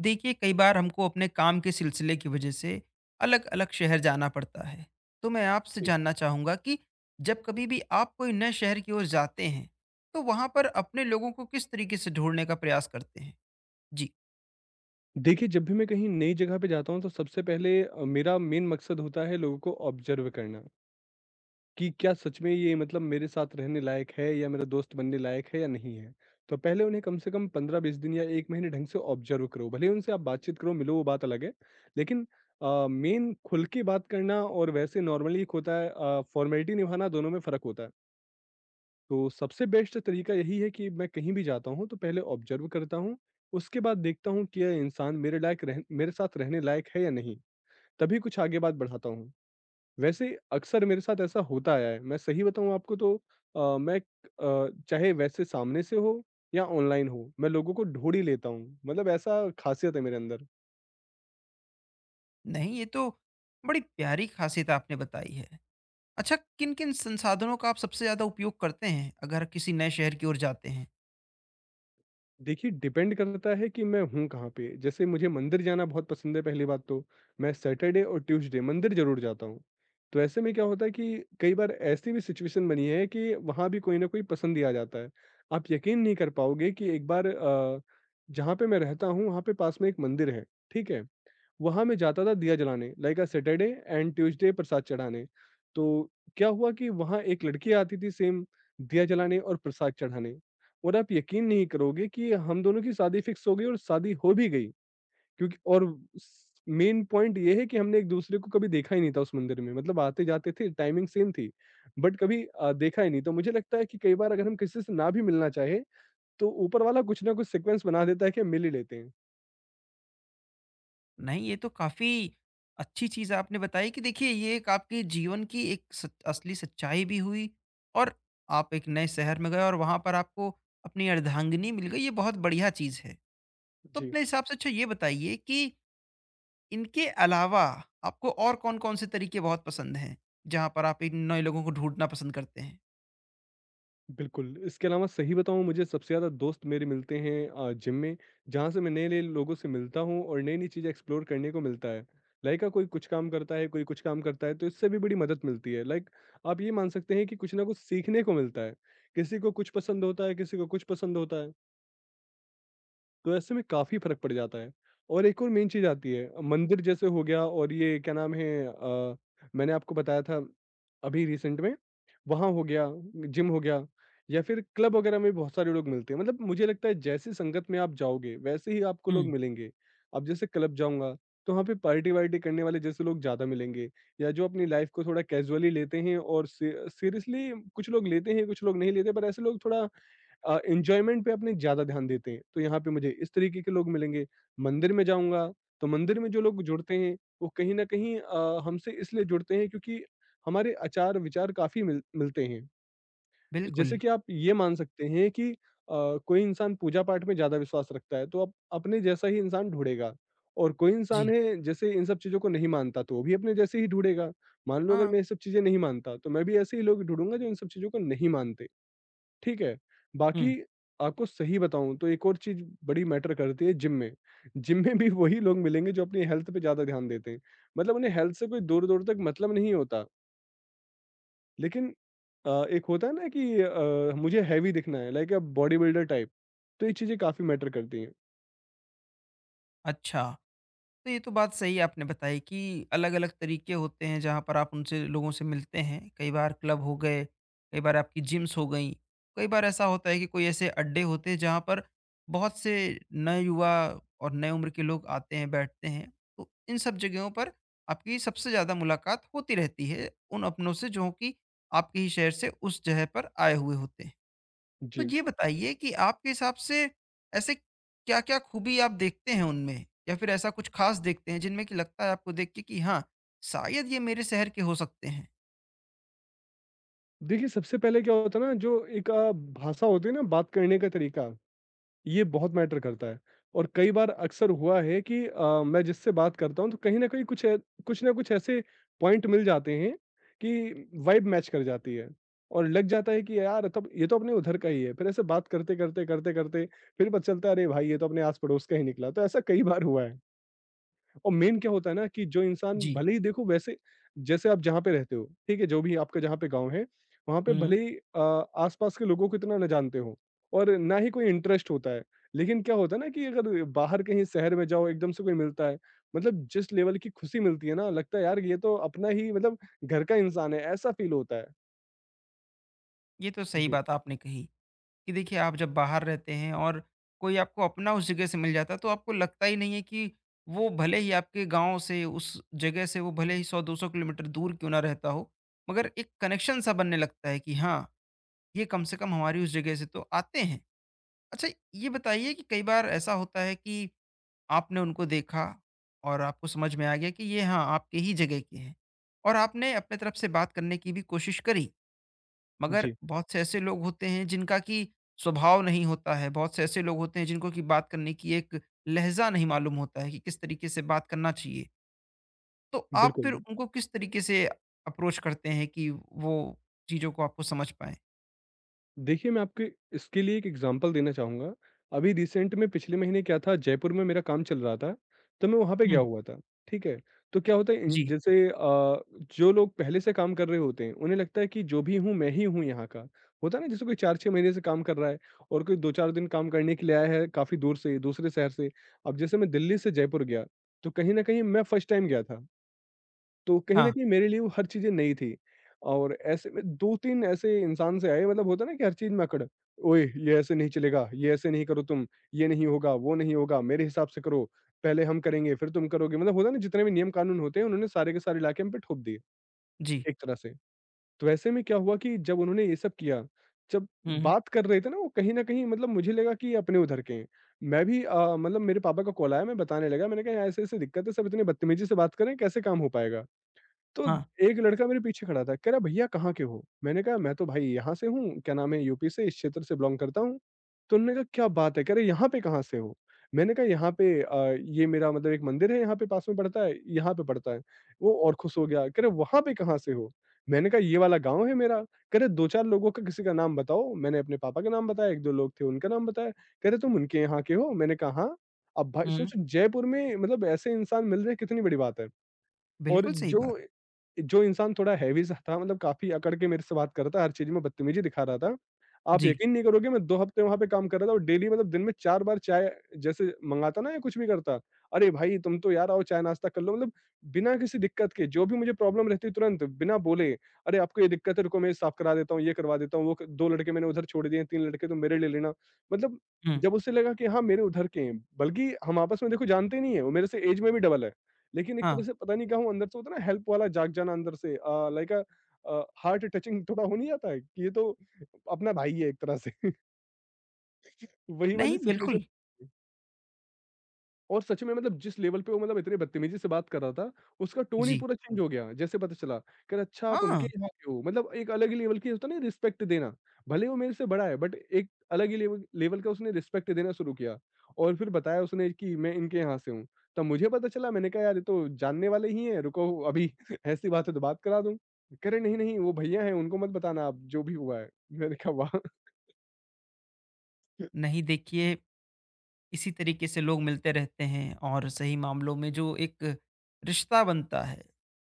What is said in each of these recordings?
देखिए, कई बार हमको अपने काम के सिलसिले की वजह से अलग-अलग शहर जाना पड़ता है। तो मैं आपसे जी। जानना चाहूँगा कि जब कभी भी आप कोई नए शहर की ओर जाते हैं, तो वहाँ पर अपने लोगों को किस तरीके से ढूँढने का प्रयास करते हैं? जी, देखिए, जब भी मैं कहीं नई जगह पे जाता हूँ तो सबसे पहले मेरा मेन मकसद होता है लोगों को ऑब्ज़र्व करना, कि क्या सच में ये मतलब मेरे साथ रहने लायक है या मेरा दोस्त बनने लायक है या नहीं है। तो पहले उन्हें कम से कम 15-20 दिन या 1 महीने ढंग से ऑब्ज़र्व करो, भले ही उनसे आप बातचीत करो, मिलो वो बात अलग है। लेकिन मेन खुल के बात करना और वैसे नॉर्मली एक होता है फ़ॉर्मेलिटी निभाना दोनों में फ़र्क होता है। तो सबसे बेस्ट तरीका यही है कि मैं कहीं भी जाता हूँ तो पहले ऑब्जर्व करता हूँ, उसके बाद देखता हूँ कि यह इंसान मेरे साथ रहने लायक है या नहीं, तभी कुछ आगे बात बढ़ाता हूँ। वैसे अक्सर मेरे साथ ऐसा होता आया है, मैं सही बताऊँ आपको तो मैं चाहे वैसे सामने से हो या ऑनलाइन हो, मैं लोगों को ढूँढ ही लेता हूँ, मतलब ऐसा खासियत है मेरे अंदर। नहीं, ये तो बड़ी प्यारी खासियत आपने बताई है। अच्छा, किन-किन संसाधनों का आप सबसे ज़्यादा उपयोग करते हैं अगर किसी नए शहर की ओर जाते हैं? देखिए, डिपेंड करता है कि मैं हूँ कहाँ पे। जैसे मुझे मंदिर जाना बहुत पसंद है पहली बात तो, मैं सैटरडे और ट्यूसडे मंदिर ज़रूर जाता हूँ। तो ऐसे में क्या होता है कि कई बार ऐसी भी सिचुएशन बनी है कि वहाँ भी कोई न कोई पसंद ही आ जाता है। आप यकीन नहीं कर पाओगे कि एक बार जहाँ पे मैं रहता हूँ, वहाँ पे पास में एक मंदिर है, ठीक है? वहाँ मैं जाता था दिया जलाने, like a Saturday and Tuesday प्रसाद चढ़ाने। तो क्या हुआ कि वहाँ एक लड़की आती थी सेम दिया जलाने और प्रसाद चढ़ाने और आप यकीन नहीं करोगे कि हम दोनों की शादी फिक्स हो गई और शादी हो भी गई क्योंकि और स मेन पॉइंट ये है कि हमने एक-दूसरे को कभी देखा ही नहीं था उस मंदिर में, मतलब आते-जाते थे, टाइमिंग सेम थी, बट कभी देखा ही नहीं। तो मुझे लगता है कि कई बार अगर हम किसी से ना भी मिलना चाहें, तो ऊपर वाला कुछ ना कुछ सीक्वेंस बना देता है कि मिल ही लेते हैं। नहीं, ये तो काफ़ी अच्छी चीज़ आपने बताई कि देखिए, ये एक आपके जीवन की एक सच असली सच्चाई भी हुई और आप एक नए शहर में गए और वहाँ पर आपको अपनी अर्धांगिनी मिल गई। ये बहुत बढ़िया चीज़ है। तो जी। अपने हिसाब से अच्छा, ये बताइए कि इनके अलावा आपको और कौन-कौन से तरीके बहुत पसंद हैं, जहाँ पर आप इन नए लोगों को ढूँढना पसंद करते हैं? बिल्कुल, इसके अलावा सही बताऊँ मुझे सबसे ज़्यादा दोस्त मेरे मिलते हैं जिम में, जहाँ से मैं नए-नए लोगों से मिलता हूँ और नई-नई चीज़ें एक्सप्लोर करने को मिलता है। लाइक कोई कुछ काम करता है, कोई कुछ काम करता है, तो इससे भी बड़ी मदद मिलती है। लाइक आप ये मान सकते हैं कि कुछ ना कुछ सीखने को मिलता है। किसी को कुछ पसंद होता है, किसी को कुछ पसंद होता है। तो ऐसे में काफ़ी फ़र्क पड़ जाता है। और एक और मेन चीज़ आती है मंदिर जैसे हो गया और ये क्या नाम है मैंने आपको बताया था अभी रिसेंट में, वहाँ हो गया, जिम हो गया या फिर क्लब वगैरह में बहुत सारे लोग मिलते हैं। मतलब मुझे लगता है जैसी संगत में आप जाओगे, वैसे ही आपको लोग हुँ। मिलेंगे। अब जैसे क्लब जाऊँगा, तो वहाँ पे पार्टी-वार्टी करने वाले जैसे लोग ज़्यादा मिलेंगे या जो अपनी लाइफ़ को थोड़ा कैज़ुअली लेते हैं और सी सीरियसली कुछ लोग लेते हैं, कुछ लोग नहीं लेते, पर ऐसे लोग थोड़ा एन्जॉयमेंट पे अपने ज़्यादा ध्यान देते हैं, तो यहाँ पे मुझे इस तरीके के लोग मिलेंगे। मंदिर में जाऊँगा, तो मंदिर में जो लोग जुड़ते हैं, वो कहीं न कहीं हमसे इसलिए जुड़ते हैं क्योंकि हमारे आचार-विचार काफ़ी मिलते हैं। जैसे बिल्कुल। कि आप ये मान सकते हैं कि कोई इंसान पूजा-पाठ में ज़्यादा विश्वास रखता है, तो आप अपने जैसा ही इंसान ढूँढेगा और कोई जी। इंसान है, जैसे इन सब चीज़ों को नहीं मानता, तो वो भी अपने जैसे ही ढूँढेगा। मान लो अगर हाँ। मैं ये सब चीज़ें नहीं मानता, तो मैं भी ऐसे ही लोग ढूँढूँगा जो इन सब चीज़ों को नहीं मानते। ठीक है? हुँ, बाकी आपको सही बताऊँ तो एक और चीज़ बड़ी मैटर करती है जिम में। जिम में भी वही लोग मिलेंगे जो अपनी हेल्थ पे ज़्यादा ध्यान देते हैं। मतलब उन्हें हेल्थ से कोई दूर-दूर तक मतलब नहीं होता। लेकिन एक होता है ना कि मुझे हेवी दिखना है लाइक बॉडी बिल्डर टाइप। तो ये चीज़ें काफ़ी मैटर करती हैं। अच्छा। तो ये तो बात सही आपने बताई कि अलग-अलग तरीके होते हैं जहाँ पर आप उनसे लोगों से मिलते हैं। कई बार क्लब हो गए, कई बार आपकी जिम्स हो गईं। कई बार ऐसा होता है कि कोई ऐसे अड्डे होते हैं जहाँ पर बहुत से नए युवा और नए उम्र के लोग आते हैं, बैठते हैं। तो इन सब जगहों पर आपकी सबसे ज़्यादा मुलाकात होती रहती है उन अपनों से जो कि आपके ही शहर से उस जगह पर आए हुए होते हैं। तो जी। ये बताइए कि आपके हिसाब से ऐसे क्या-क्या खूबी आप देखते हैं उनमें? या फिर ऐसा कुछ खास देखते हैं जिनमें कि लगता है आपको देख के कि हाँ, शायद ये मेरे शहर के हो सकते हैं? देखिए सबसे पहले क्या होता है ना जो एक भाषा होती है ना बात करने का तरीका ये बहुत मैटर करता है और कई बार अक्सर हुआ है कि मैं जिससे बात करता हूँ तो कहीं न कहीं कुछ ना कुछ ऐसे पॉइंट मिल जाते हैं कि वाइब मैच कर जाती है और लग जाता है कि यार तब ये तो अपने उधर का ही है। फिर ऐसे बात करते-करते फिर पता चलता है अरे भाई! ये तो अपने आस-पड़ोस का ही निकला। तो ऐसा कई बार हुआ है। और मेन क्या होता है ना कि जो इंसान जी। भले ही देखो वैसे जैसे आप जहाँ पे रहते हो, ठीक है? जो भी आपका जहाँ पे गाँव है, वहाँ पे हुँ। भले ही आस-पास के लोगों को इतना ना जानते हो और ना ही कोई इंटरेस्ट होता है। लेकिन क्या होता है ना कि अगर बाहर कहीं शहर में जाओ, एकदम से कोई मिलता है, मतलब जिस लेवल की खुशी मिलती है ना, लगता है यार ये तो अपना ही मतलब घर का इंसान है, ऐसा फील होता है। ये तो सही जी, बात आपने कही कि देखिए, आप जब बाहर रहते हैं और कोई आपको अपना उस जगह से मिल जाता है तो आपको लगता ही नहीं है कि वो भले ही आपके गाँव से, उस जगह से, वो भले ही 100-200 किलोमीटर दूर क्यों ना रहता हो, मगर एक कनेक्शन सा बनने लगता है कि हाँ, ये कम से कम हमारी उस जगह से तो आते हैं। अच्छा, ये बताइए कि कई बार ऐसा होता है कि आपने उनको देखा और आपको समझ में आ गया कि ये हाँ आपके ही जगह के हैं और आपने अपने तरफ से बात करने की भी कोशिश करी, मगर जी, बहुत से ऐसे लोग होते हैं जिनका कि स्वभाव नहीं होता है, बहुत से ऐसे लोग होते हैं जिनको कि बात करने की एक लहजा नहीं मालूम होता है कि किस तरीके से बात करना चाहिए। तो आप फिर बिल्कुल। उनको किस तरीके से अप्रोच करते हैं कि वो चीज़ों को आपको समझ पाए? देखिए, मैं आपके इसके लिए एक एग्ज़ाम्पल देना चाहूँगा। अभी रिसेंट में पिछले महीने क्या था जयपुर में मेरा काम चल रहा था, तो मैं वहाँ पे गया हम्म। हुआ था, ठीक है? तो क्या होता है इन जी। जैसे जो लोग पहले से काम कर रहे होते हैं, उन्हें लगता है कि जो भी हूँ, मैं ही हूँ यहाँ का। होता है ना जैसे कोई 4-6 महीने से काम कर रहा है और कोई 2-4 दिन काम करने के लिए आया है काफ़ी दूर से, दूसरे शहर से। अब जैसे मैं दिल्ली से जयपुर गया, तो कहीं न कहीं मैं फर्स्ट टाइम गया था। तो कहीं न हाँ। कहीं मेरे लिए वो हर चीज़ें नई थी और ऐसे में 2-3 ऐसे इंसान से आए मतलब होता है ना कि हर चीज़ में अकड़। ओए! ये ऐसे नहीं चलेगा, ये ऐसे नहीं करो तुम, ये नहीं होगा, वो नहीं होगा, मेरे हिसाब से करो, पहले हम करेंगे फिर तुम करोगे। मतलब होता है ना जितने भी नियम कानून होते हैं उन्होंने सारे के सारे लाके हम पे थोप दिए, जी। एक तरह से। तो ऐसे में क्या हुआ कि जब उन्होंने ये सब किया, जब हम्म। बात कर रहे थे ना वो कहीं न कहीं मतलब मुझे लगा कि ये अपने उधर के हैं। मैं भी मतलब मेरे पापा का कॉल आया मैं बताने लगा मैंने कहा, "ऐसे-ऐसे दिक्कत है, सब इतनी बदतमीज़ी से बात कर रहे हैं, कैसे काम हो पाएगा?" तो हाँ। एक लड़का मेरे पीछे खड़ा था, कह रहा भैया कहाँ के हो? मैंने कहा मैं तो भाई यहाँ से हूँ, क्या नाम है यूपी से इस क्षेत्र से बिलॉन्ग करता हूँ। तो उन्होंने कहा क्या बात है! कह रहे यहाँ पे कहाँ से हो? मैंने कहा यहाँ पे ये मेरा मतलब एक मंदिर है यहाँ पे पास में पड़ता है, यहाँ पे पड़ता है। वो और खुश हो गया, कह रहे वहाँ पे कहाँ से हो? मैंने कहा ये वाला गाँव है मेरा। कह रहे 2-4 लोगों का किसी का नाम बताओ, मैंने अपने पापा का नाम बताया, 1-2 लोग थे उनका नाम बताया। कह रहे तुम उनके यहाँ के हो? मैंने कहा हाँ। अब भाई हम्म, सोचो जयपुर में मतलब ऐसे इंसान मिल रहे हैं कितनी बड़ी बात है। और बिल्कुल सही बात। जो जो इंसान थोड़ा हैवी सा था मतलब काफ़ी अकड़ के मेरे से बात कर रहा था, हर चीज़ में बदतमीज़ी दिखा रहा था। आप जी। यकीन नहीं करोगे मैं 2 हफ्ते वहाँ पे काम कर रहा था और डेली मतलब दिन में 4 बार चाय जैसे मँगाता ना या कुछ भी करता, "अरे भाई तुम तो यार आओ चाय नाश्ता कर लो।" मतलब बिना किसी दिक्कत के जो भी मुझे प्रॉब्लम रहती तुरंत बिना बोले, "अरे आपको ये दिक्कत है रुको मैं साफ करा देता हूँ, ये करवा देता हूँ, वो क 2 लड़के मैंने उधर छोड़ दिए हैं, 3 लड़के तुम मेरे ले लेना।" मतलब हुँ, जब उसे लगा कि हाँ, मेरे उधर के हैं, बल्कि हम आपस में देखो जानते नहीं हैं, वो मेरे से ऐज में भी डबल है। लेकिन एक हाँ। तरह से पता नहीं क्यों अंदर से होता है ना हेल्प वाला जाग जाना अंदर से लाइक अ, हार्ट टचिंग थोड़ा हो नहीं जाता है कि ये तो अपना भाई है एक तरह से वही नहीं, वाली सिचुएशन बिल्कुल। और सच में मतलब जिस लेवल पे वो मतलब इतनी बदतमीज़ी से बात कर रहा था, उसका टोन ही जी। पूरा चेंज हो गया, जैसे पता चला। कह रहा अच्छा आप उनके हाँ, यहाँ के हो, मतलब एक अलग ही लेवल की होता है ना रिस्पेक्ट देना। भले ही वो मेरे से बड़ा है बट एक अलग ही लेवल लेवल का उसने रिस्पेक्ट देना शुरू किया और फिर बताया उसने कि मैं इनके यहाँ से हूँ। तब मुझे पता चला मैंने कहा यार ये तो जानने वाले ही हैं, रुको अभी ऐसी बात है तो बात करा दूँ। कह रहे नहीं, नहीं वो भैया हैं उनको मत बताना आप जो भी हुआ है। मैंने कहा वाह! नहीं, देखिए, इसी तरीके से लोग मिलते रहते हैं और सही मामलों में जो एक रिश्ता बनता है,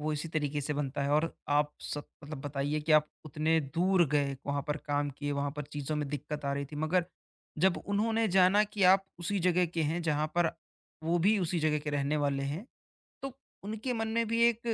वो इसी तरीके से बनता है। और आप सब मतलब बताइए कि आप उतने दूर गए, वहाँ पर काम किए, वहाँ पर चीज़ों में दिक्कत आ रही थी, मगर जब उन्होंने जाना कि आप उसी जगह के हैं, जहाँ पर वो भी उसी जगह के रहने वाले हैं, तो उनके मन में भी एक,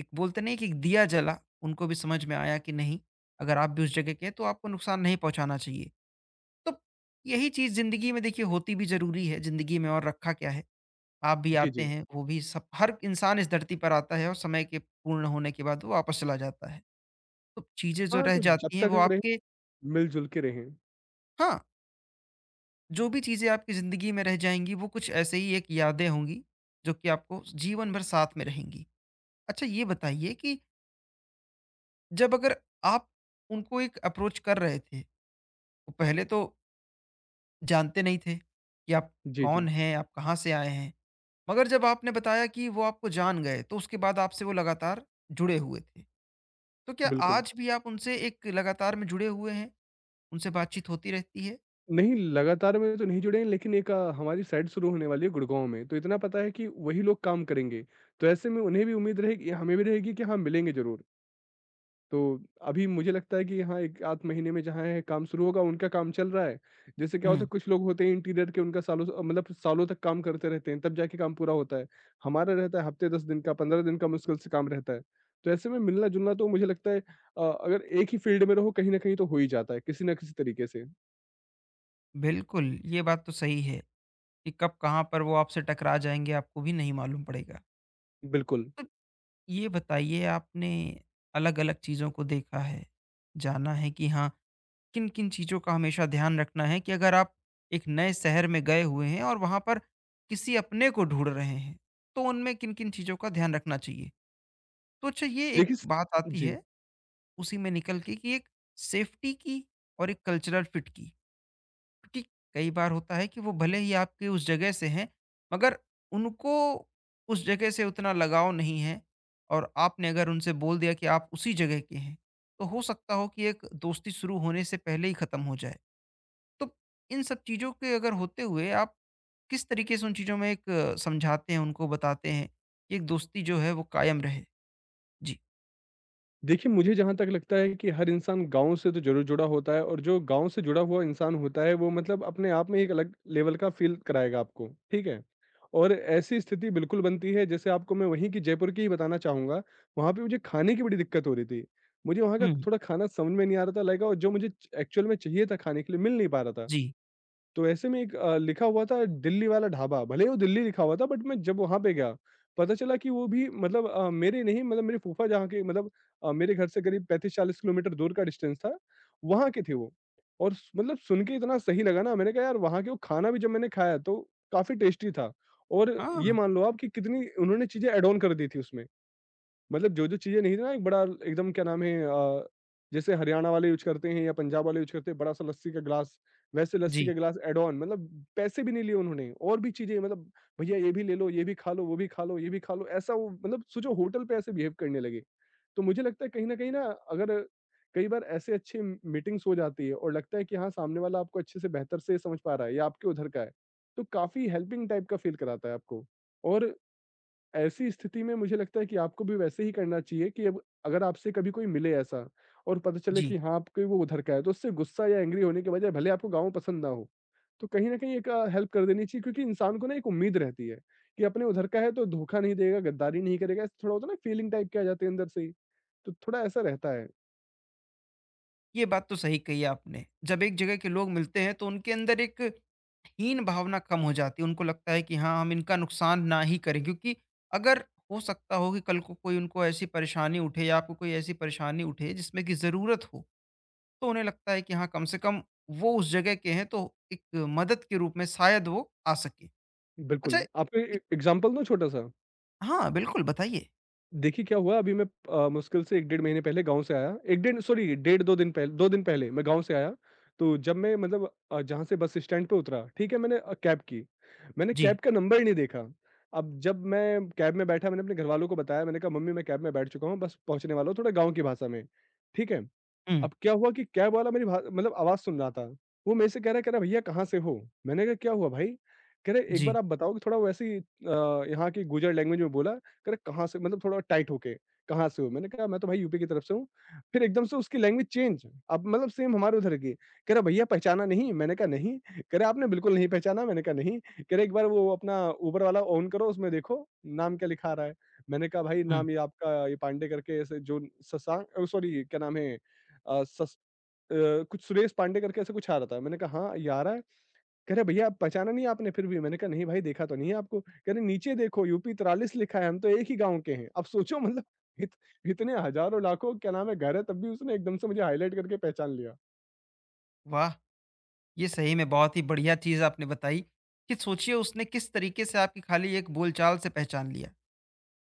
एक बोलते नहीं कि एक दिया जला, उनको भी समझ में आया कि नहीं, अगर आप भी उस जगह के हैं तो आपको नुकसान नहीं पहुँचाना चाहिए। तो यही चीज़ ज़िंदगी में देखिए, होती भी ज़रूरी है। ज़िंदगी में और रखा क्या है। आप भी जी, आते जी। हैं, वो भी, सब, हर इंसान इस धरती पर आता है और समय के पूर्ण होने के बाद वो वापस चला जाता है। तो चीज़ें जो हाँ, रह तो जब जाती हैं तक वो रहें आपके, मिल-जुल के रहें। हाँ, जो भी चीज़ें आपकी ज़िंदगी में रह जाएँगी वो कुछ ऐसे ही एक यादें होंगी, जो कि आपको जीवन भर साथ में रहेंगी। अच्छा, ये बताइए कि जब अगर आप उनको एक अप्रोच कर रहे थे, तो पहले तो जानते नहीं थे कि आप जी, कौन जी। हैं, आप कहाँ से आए हैं। मगर जब आपने बताया कि वो आपको जान गए, तो उसके बाद आपसे वो लगातार जुड़े हुए थे। तो क्या बिल्कुल। आज भी आप उनसे एक लगातार में जुड़े हुए हैं? उनसे बातचीत होती रहती है? नहीं, लगातार में तो नहीं जुड़े हैं, लेकिन एक हमारी साइट शुरू होने वाली है गुड़गाँव में, तो इतना पता है कि वही लोग काम करेंगे। तो ऐसे में उन्हें भी उम्मीद रहेगी हमें भी रहेगी कि हाँ, मिलेंगे ज़रूर। तो अभी मुझे लगता है कि हाँ, 1 आध महीने में जहाँ है काम शुरू होगा, उनका काम चल रहा है। जैसे क्या होता है हुँ। कुछ लोग होते हैं इंटीरियर के उनका सालों से मतलब सालों तक काम करते रहते हैं, तब जाके काम पूरा होता है। हमारा रहता है हफ़्ते 10 दिन का, 15 दिन का मुश्किल से काम रहता है। तो ऐसे में मिलना-जुलना तो मुझे लगता है अगर एक ही फ़ील्ड में रहो कहीं न कहीं तो हो ही जाता है, किसी न किसी तरीके से। बिल्कुल, ये बात तो सही है कि कब कहाँ पर वो आपसे टकरा जाएँगे, आपको भी नहीं मालूम पड़ेगा। बिल्कुल। तो ये बताइए, आपने अलग-अलग चीज़ों को देखा है, जाना है कि हाँ, किन-किन चीज़ों का हमेशा ध्यान रखना है कि अगर आप एक नए शहर में गए हुए हैं और वहाँ पर किसी अपने को ढूँढ रहे हैं, तो उनमें किन-किन चीज़ों का ध्यान रखना चाहिए? तो अच्छा, ये एक देखिए, स बात आती जी। है उसी में निकल के, कि एक सेफ्टी की और एक कल्चरल फिट की। क्योंकि कई बार होता है कि वो भले ही आपके उस जगह से हैं, मगर उनको उस जगह से उतना लगाव नहीं है, और आपने अगर उनसे बोल दिया कि आप उसी जगह के हैं, तो हो सकता हो कि एक दोस्ती शुरू होने से पहले ही खत्म हो जाए। तो इन सब चीज़ों के अगर होते हुए आप किस तरीके से उन चीज़ों में एक समझाते हैं, उनको बताते हैं कि एक दोस्ती जो है वो कायम रहे? जी। देखिए, मुझे जहाँ तक लगता है कि हर इंसान गाँव से तो ज़रूर जुड़ा होता है और जो गाँव से जुड़ा हुआ इंसान होता है, वो मतलब अपने आप में एक अलग लेवल का फ़ील कराएगा आपको, ठीक है? और ऐसी स्थिति बिल्कुल बनती है, जैसे आपको मैं वहीं की जयपुर की ही बताना चाहूँगा। वहाँ पे मुझे खाने की बड़ी दिक्कत हो रही थी। मुझे वहाँ का हुँ। थोड़ा खाना समझ में नहीं आ रहा था, लाइक और जो मुझे च एक्चुअल में चाहिए था खाने के लिए, मिल नहीं पा रहा था। जी। तो ऐसे में एक लिखा हुआ था दिल्ली वाला ढाबा, भले ही वो दिल्ली लिखा हुआ था बट मैं जब वहाँ पे गया, पता चला कि वो भी मतलब मेरे नहीं मतलब मेरे फूफा जहाँ के मतलब मेरे घर से करीब 35-40 किलोमीटर दूर का डिस्टेंस था, वहाँ के थे वो। और स मतलब सुन के इतना सही लगा ना मैंने कहा यार वहाँ के वो खाना भी जब मैंने खाया तो काफ़ी टेस्टी था और ये हाँ। मान लो आप कि कितनी उन्होंने चीज़ें ऐड ऑन कर दी थी उसमें। मतलब जो-जो चीज़ें नहीं थी ना, एक बड़ा एकदम क्या नाम है, जैसे हरियाणा वाले यूज़ करते हैं या पंजाब वाले यूज़ करते हैं, बड़ा-सा लस्सी का ग्लास, वैसे लस्सी का जी, ग्लास ऐड ऑन मतलब पैसे भी नहीं लिए उन्होंने और भी चीज़ें मतलब भैया ये भी ले लो, ये भी खा लो, वो भी खा लो, ये भी खा लो, ऐसा वो मतलब सोचो होटल पे ऐसे बिहेव करने लगे। तो मुझे लगता है कहीं न कहीं ना अगर कई बार ऐसे अच्छे म मीटिंग्स हो जाती है और लगता है कि हाँ, सामने वाला आपको अच्छे से बेहतर से समझ पा रहा है या आपके उधर का है, तो काफ़ी हेल्पिंग टाइप का फ़ील कराता है आपको और ऐसी स्थिति में मुझे लगता है कि आपको भी वैसे ही करना चाहिए कि अब अगर आपसे कभी कोई मिले ऐसा और पता चले जी। कि हाँ आपके वो उधर का है तो उससे गुस्सा या एंग्री होने के बजाय भले आपको गाँव पसंद ना हो, तो कहीं न कहीं एक हेल्प कर देनी चाहिए क्योंकि इंसान को ना एक उम्मीद रहती है कि अपने उधर का है तो धोखा नहीं देगा, गद्दारी नहीं करेगा, ऐसे थोड़ा होता है ना फीलिंग टाइप की आ जाती है अंदर से ही, तो थोड़ा ऐसा रहता है। ये बात तो सही कही आपने। जब एक जगह के लोग मिलते हैं तो उनके अंदर एक हीन भावना कम हो जाती है। उनको लगता है कि हाँ, हम इनका नुकसान ना ही करें क्योंकि अगर हो सकता हो कि कल को कोई उनको ऐसी परेशानी उठे या आपको कोई ऐसी परेशानी उठे जिसमें कि ज़रूरत हो, तो उन्हें लगता है कि हाँ, कम से कम वो उस जगह के हैं तो एक मदद के रूप में शायद वो आ सके। बिल्कुल, अच्छा, आपको ए इत एग्ज़ाम्पल दूँ छोटा-सा? हाँ, बिल्कुल बताइए। देखिए क्या हुआ अभी मैं मुश्किल से 1 डेढ़ महीने पहले गाँव से आया, 1 डेढ़ सॉरी डेढ़ 2 दिन पहले मैं गाँव से आया, तो जब मैं मतलब जहाँ से बस स्टैंड पे उतरा, ठीक है मैंने कैब की, मैंने जी। कैब का नंबर ही नहीं देखा। अब जब मैं कैब में बैठा मैंने अपने घरवालों को बताया मैंने कहा मम्मी मैं कैब में बैठ चुका हूँ, बस पहुँचने वाला हूँ थोड़ा गाँव की भाषा में, ठीक है। हुँ, अब क्या हुआ कि कैब वाला मेरी भा मतलब आवाज़ सुन रहा था। वो मेरे से कह रहा है, "भैया कहाँ से हो?" मैंने कहा, "क्या हुआ भाई?" कह रहे, "एक जी। बार आप बताओगे" थोड़ा वैसे ही यहाँ की गुर्जर लैंग्वेज में बोला। कह रहे, "कहाँ से?" मतलब थोड़ा टाइट होके, "कहाँ से हो?" मैंने कहा, "मैं तो भाई यूपी की तरफ से हूँ।" फिर एकदम से उसकी लैंग्वेज चेंज, अब मतलब सेम हमारे उधर की। कह रहा, "भैया पहचाना नहीं?" मैंने कहा, "नहीं।" कह रहा, "आपने बिल्कुल नहीं पहचाना?" मैंने कहा, "नहीं।" कह रहे, "एक बार वो अपना उबर वाला ऑन करो, उसमें देखो नाम क्या लिखा आ रहा है।" मैंने कहा, "भाई हुँ। नाम ये आपका ये पांडे करके ऐसे जो शशांक सॉरी क्या नाम है, अ, सस अ, कुछ सुरेश पांडे करके ऐसा कुछ आ रहा था।" मैंने कहा, "हाँ, ये आ रहा है।" कह रहे, "भैया आप पहचाना नहीं आपने फिर भी?" मैंने कहा, "नहीं भाई देखा तो नहीं है आपको।" कह रहे, "नीचे देखो यूपी 43 लिखा है, हम तो एक ही गाँव के हैं।" अब सोचो मतलब इत इतने हज़ारों लाखों क्या नाम है घर है तब भी उसने एकदम से मुझे हाइलाइट करके पहचान लिया। वाह! ये सही में बहुत ही बढ़िया चीज़ आपने बताई कि सोचिए उसने किस तरीके से आपकी खाली एक बोलचाल से पहचान लिया।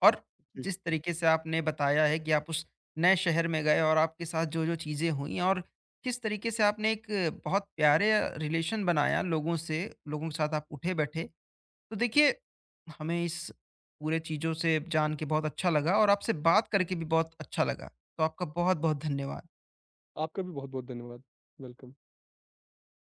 और जी। जिस तरीके से आपने बताया है कि आप उस नए शहर में गए और आपके साथ जो-जो चीज़ें हुईं और किस तरीके से आपने एक बहुत प्यारे रिलेशन बनाया लोगों से, लोगों के साथ आप उठे-बैठे। तो देखिए, हमें इस पूरे चीज़ों से जान के बहुत अच्छा लगा और आपसे बात करके भी बहुत अच्छा लगा। तो आपका बहुत-बहुत धन्यवाद। आपका भी बहुत-बहुत धन्यवाद। वेलकम।